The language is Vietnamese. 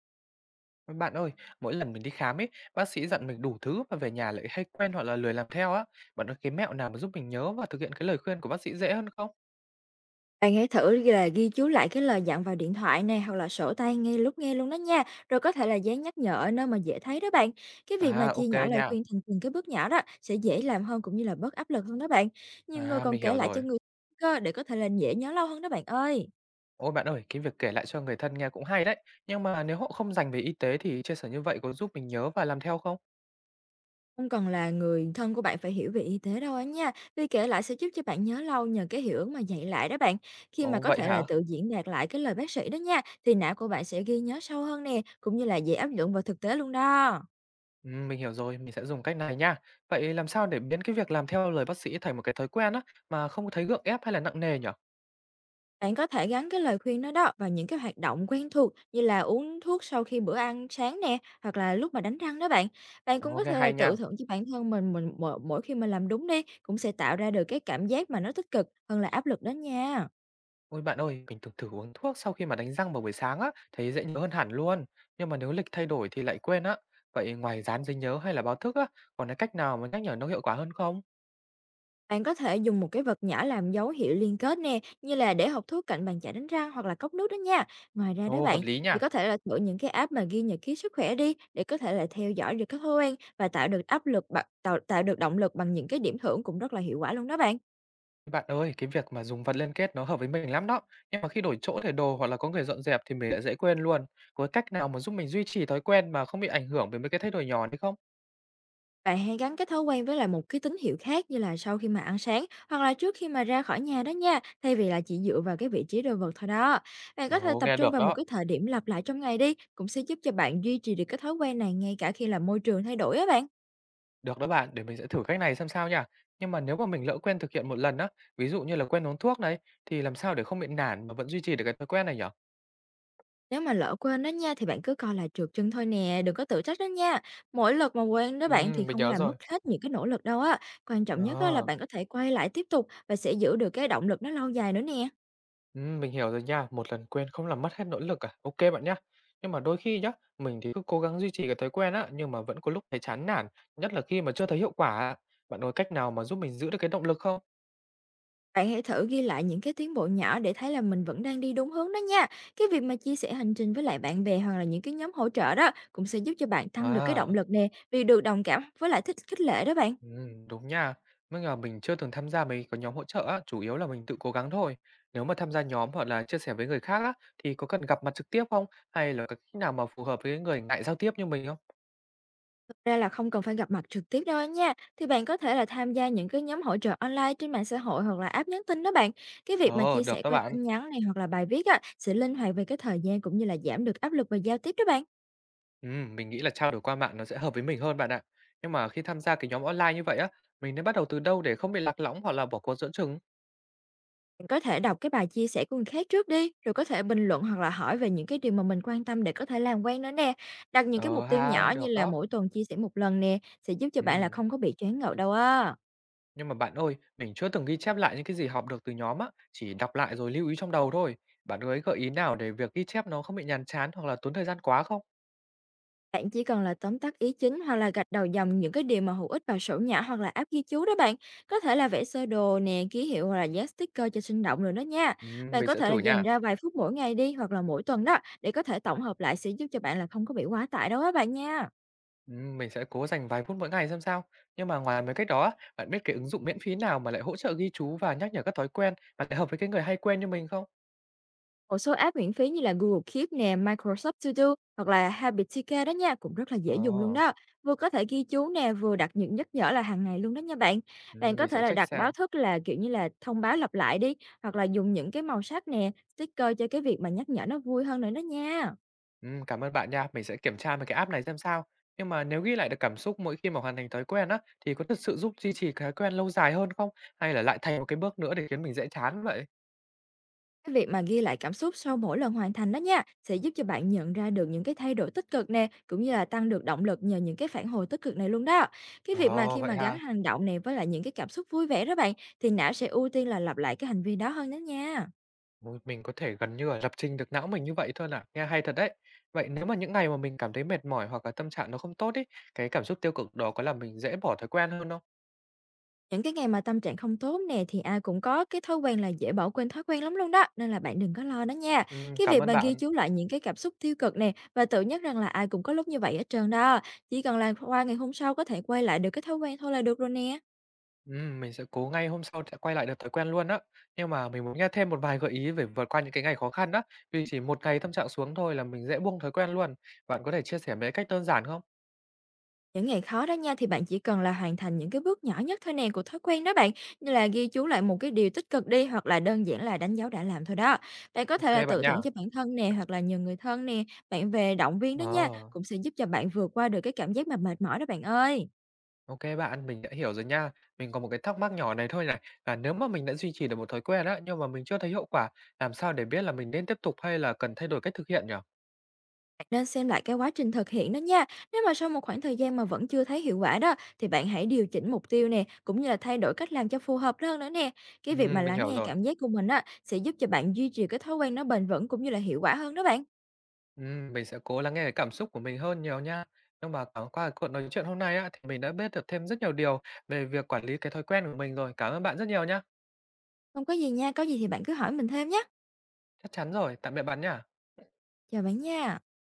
Ôi, bạn ơi, mỗi lần mình đi khám ấy, bác sĩ dặn mình đủ thứ mà về nhà lại hay quên hoặc là lười làm theo á. Bạn có cái mẹo nào mà giúp mình nhớ và thực hiện cái lời khuyên của bác sĩ dễ hơn không? Bạn hãy thử là ghi chú lại cái lời dặn vào điện thoại này hoặc là sổ tay ngay lúc nghe luôn đó nha. Rồi có thể là dán nhắc nhở ở nơi mà dễ thấy đó bạn. Cái việc mà À, chia ok nhỏ lời nha. khuyên thành từng cái bước nhỏ đó sẽ dễ làm hơn cũng như là bớt áp lực hơn đó bạn. Nhiều người À, còn mình kể hiểu lại cho rồi. người thân cơ để có thể là dễ nhớ lâu hơn đó bạn ơi. Ôi bạn ơi, cái việc kể lại cho người thân nghe cũng hay đấy. Nhưng mà nếu họ không dành về y tế thì chia sẻ như vậy có giúp mình nhớ và làm theo không? Không cần là người thân của bạn phải hiểu về y tế đâu á nha. Vì kể lại sẽ giúp cho bạn nhớ lâu nhờ cái hiệu ứng mà dạy lại đó bạn. Khi mà Ồ, có vậy thể hả? là tự diễn đạt lại cái lời bác sĩ đó nha, thì não của bạn sẽ ghi nhớ sâu hơn nè, cũng như là dễ áp dụng vào thực tế luôn đó. Ừ, mình hiểu rồi, mình sẽ dùng cách này nha. Vậy làm sao để biến cái việc làm theo lời bác sĩ thành một cái thói quen á mà không thấy gượng ép hay là nặng nề nhở? Bạn có thể gắn cái lời khuyên đó đó vào những cái hoạt động quen thuộc như là uống thuốc sau khi bữa ăn sáng nè, hoặc là lúc mà đánh răng đó bạn. Bạn cũng Ồ, có nghe thể là hay tự nha. thưởng cho bản thân mình mỗi khi mình làm đúng đi, cũng sẽ tạo ra được cái cảm giác mà nó tích cực hơn là áp lực đó nha. Ôi bạn ơi, mình từng thử uống thuốc sau khi mà đánh răng vào buổi sáng á, thấy dễ nhớ hơn hẳn luôn. Nhưng mà nếu lịch thay đổi thì lại quên á. Vậy ngoài dán giấy nhớ hay là báo thức á, còn cái cách nào mà nhắc nhở nó hiệu quả hơn không? Bạn có thể dùng một cái vật nhỏ làm dấu hiệu liên kết nè, như là để hộp thuốc cạnh bàn chải đánh răng hoặc là cốc nước đó nha. Ngoài ra đó Ồ, hợp bạn, lý thì nha. có thể là thử những cái app mà ghi nhật ký sức khỏe đi để có thể là theo dõi được cái thói quen và tạo được tạo tạo được động lực bằng những cái điểm thưởng cũng rất là hiệu quả luôn đó bạn. Bạn ơi, cái việc mà dùng vật liên kết nó hợp với mình lắm đó. Nhưng mà khi đổi chỗ để đồ hoặc là có người dọn dẹp thì mình lại dễ quên luôn. Có cái cách nào mà giúp mình duy trì thói quen mà không bị ảnh hưởng bởi mấy cái thay đổi nhỏ đấy không? Bạn hãy gắn cái thói quen với lại một cái tín hiệu khác như là sau khi mà ăn sáng hoặc là trước khi mà ra khỏi nhà đó nha, thay vì là chỉ dựa vào cái vị trí đồ vật thôi đó. Bạn có thể Ồ, tập nghe trung được vào một đó. cái thời điểm lặp lại trong ngày đi, cũng sẽ giúp cho bạn duy trì được cái thói quen này ngay cả khi là môi trường thay đổi á bạn. Được đó bạn, để mình sẽ thử cách này xem sao nha. Nhưng mà nếu mà mình lỡ quên thực hiện một lần á, ví dụ như là quên uống thuốc đấy thì làm sao để không bị nản mà vẫn duy trì được cái thói quen này nhở? Nếu mà lỡ quên đó nha thì bạn cứ coi là trượt chân thôi nè, đừng có tự trách đó nha. Mỗi lần mà quên đó Ừ, bạn thì mình không nhớ làm rồi. mất hết những cái nỗ lực đâu á. Quan trọng nhất á là Ờ, bạn có thể quay lại tiếp tục và sẽ giữ được cái động lực nó lâu dài nữa nè. ừ, mình hiểu rồi nha. Một lần quên không làm mất hết nỗ lực à? Ok bạn nhá. Nhưng mà đôi khi nhá, mình thì cứ cố gắng duy trì cái thói quen á, nhưng mà vẫn có lúc thấy chán nản, nhất là khi mà chưa thấy hiệu quả á. Bạn có cách nào mà giúp mình giữ được cái động lực không? Bạn hãy thử ghi lại những cái tiến bộ nhỏ để thấy là mình vẫn đang đi đúng hướng đó nha. Cái việc mà chia sẻ hành trình với lại bạn bè hoặc là những cái nhóm hỗ trợ đó cũng sẽ giúp cho bạn tăng được cái động À. lực nè, vì được đồng cảm với lại thích khích lệ đó bạn. Đúng nha. Mới là mình chưa từng tham gia mấy cái nhóm hỗ trợ á, chủ yếu là mình tự cố gắng thôi. Nếu mà tham gia nhóm hoặc là chia sẻ với người khác á, thì có cần gặp mặt trực tiếp không? Hay là có cách nào mà phù hợp với người ngại giao tiếp như mình không? Thực ra là không cần phải gặp mặt trực tiếp đâu á nha. Thì bạn có thể là tham gia những cái nhóm hỗ trợ online trên mạng xã hội hoặc là app nhắn tin đó bạn. Cái việc mà Ờ, chia được sẻ đó qua bạn. tin nhắn này hoặc là bài viết á, sẽ linh hoạt về cái thời gian cũng như là giảm được áp lực về giao tiếp đó bạn. Mình nghĩ là trao đổi qua mạng nó sẽ hợp với mình hơn bạn ạ. Nhưng mà khi tham gia cái nhóm online như vậy á, mình nên bắt đầu từ đâu để không bị lạc lõng hoặc là bỏ cuộc giữa chừng? Mình có thể đọc cái bài chia sẻ của người khác trước đi, rồi có thể bình luận hoặc là hỏi về những cái điều mà mình quan tâm để có thể làm quen nữa nè. Đặt những cái mục Ờ tiêu ha, nhỏ như được là đó. mỗi tuần chia sẻ một lần nè, sẽ giúp cho bạn là Ừm. không có bị choáng ngợp đâu á. Nhưng mà bạn ơi, mình chưa từng ghi chép lại những cái gì học được từ nhóm á, chỉ đọc lại rồi lưu ý trong đầu thôi. Bạn có ấy gợi ý nào để việc ghi chép nó không bị nhàm chán hoặc là tốn thời gian quá không? Bạn chỉ cần là tóm tắt ý chính hoặc là gạch đầu dòng những cái điều mà hữu ích vào sổ nhỏ hoặc là app ghi chú đó bạn. Có thể là vẽ sơ đồ nè, ký hiệu hoặc là dán sticker cho sinh động rồi đó nha. Bạn Mình có sẽ thể là thử dành nha. ra vài phút mỗi ngày đi hoặc là mỗi tuần đó để có thể tổng hợp lại sẽ giúp cho bạn là không có bị quá tải đâu á bạn nha. Mình sẽ cố dành vài phút mỗi ngày xem sao. Nhưng mà ngoài mấy cách đó á, bạn biết cái ứng dụng miễn phí nào mà lại hỗ trợ ghi chú và nhắc nhở các thói quen mà lại hợp với cái người hay quên như mình không? Một số app miễn phí như là Google Keep nè, Microsoft To Do hoặc là Habitica đó nha, cũng rất là dễ dùng luôn Ồ, đó. Vừa có thể ghi chú nè, vừa đặt những nhắc nhở là hàng ngày luôn đó nha bạn. Bạn có mình thể sẽ là check đặt xem. báo thức là kiểu như là thông báo lặp lại đi, hoặc là dùng những cái màu sắc nè, sticker cho cái việc mà nhắc nhở nó vui hơn nữa đó nha. Cảm ơn bạn nha. Mình sẽ kiểm tra về cái app này xem sao. Nhưng mà nếu ghi lại được cảm xúc mỗi khi mà hoàn thành thói quen á, thì có thực sự giúp duy trì cái thói quen lâu dài hơn không? Hay là lại thay một cái bước nữa để khiến mình dễ chán vậy? Cái việc mà ghi lại cảm xúc sau mỗi lần hoàn thành đó nha, sẽ giúp cho bạn nhận ra được những cái thay đổi tích cực nè, cũng như là tăng được động lực nhờ những cái phản hồi tích cực này luôn đó. Cái việc mà Ồ, khi mà vậy gắn ha. hành động này với lại những cái cảm xúc vui vẻ đó bạn, thì não sẽ ưu tiên là lặp lại cái hành vi đó hơn đó nha. Ôi, mình có thể gần như là lập trình được não mình như vậy thôi à. Nghe hay thật đấy. Vậy nếu mà những ngày mà mình cảm thấy mệt mỏi hoặc là tâm trạng nó không tốt ý, cái cảm xúc tiêu cực đó có làm mình dễ bỏ thói quen hơn không? Những cái ngày mà tâm trạng không tốt nè thì ai cũng có cái thói quen là dễ bỏ quên thói quen lắm luôn đó, nên là bạn đừng có lo đó nha. Cái Cảm việc ơn mà ghi bạn. chú lại những cái cảm xúc tiêu cực nè và tự nhắc rằng là ai cũng có lúc như vậy hết trơn đó. Chỉ cần là qua ngày hôm sau có thể quay lại được cái thói quen thôi là được rồi nè. Mình sẽ cố ngay hôm sau sẽ quay lại được thói quen luôn á. Nhưng mà mình muốn nghe thêm một vài gợi ý về vượt qua những cái ngày khó khăn á, vì chỉ một ngày tâm trạng xuống thôi là mình dễ buông thói quen luôn. Bạn có thể chia sẻ mấy cách đơn giản không? Những ngày khó đó nha, thì bạn chỉ cần là hoàn thành những cái bước nhỏ nhất thôi nè của thói quen đó bạn, như là ghi chú lại một cái điều tích cực đi, hoặc là đơn giản là đánh dấu đã làm thôi đó. Bạn có thể Ok là bạn tự nha. thưởng cho bản thân nè, hoặc là nhờ người thân nè, bạn về động viên đó nha, Ờ, cũng sẽ giúp cho bạn vượt qua được cái cảm giác mà mệt mỏi đó bạn ơi. ô bạn, mình đã hiểu rồi nha. Mình có một cái thắc mắc nhỏ này thôi này, là nếu mà mình đã duy trì được một thói quen á, nhưng mà mình chưa thấy hiệu quả, làm sao để biết là mình nên tiếp tục hay là cần thay đổi cách thực hiện nhỉ? Bạn nên xem lại cái quá trình thực hiện đó nha. Nếu mà sau một khoảng thời gian mà vẫn chưa thấy hiệu quả đó, thì bạn hãy điều chỉnh mục tiêu nè, cũng như là thay đổi cách làm cho phù hợp hơn nữa nè. Cái việc mà Mình lắng hiểu nghe rồi. cảm giác của mình á, sẽ giúp cho bạn duy trì cái thói quen nó bền vững cũng như là hiệu quả hơn đó bạn. Mình sẽ cố lắng nghe cái cảm xúc của mình hơn nhiều nha. Nhưng mà, qua cuộc nói chuyện hôm nay á, thì mình đã biết được thêm rất nhiều điều về việc quản lý cái thói quen của mình rồi. Cảm ơn bạn rất nhiều nhá. Không có gì nha, có gì thì bạn cứ hỏi mình thêm nhé. Chắc chắn rồi, tạm biệt bạn nha. Chào bạn nha.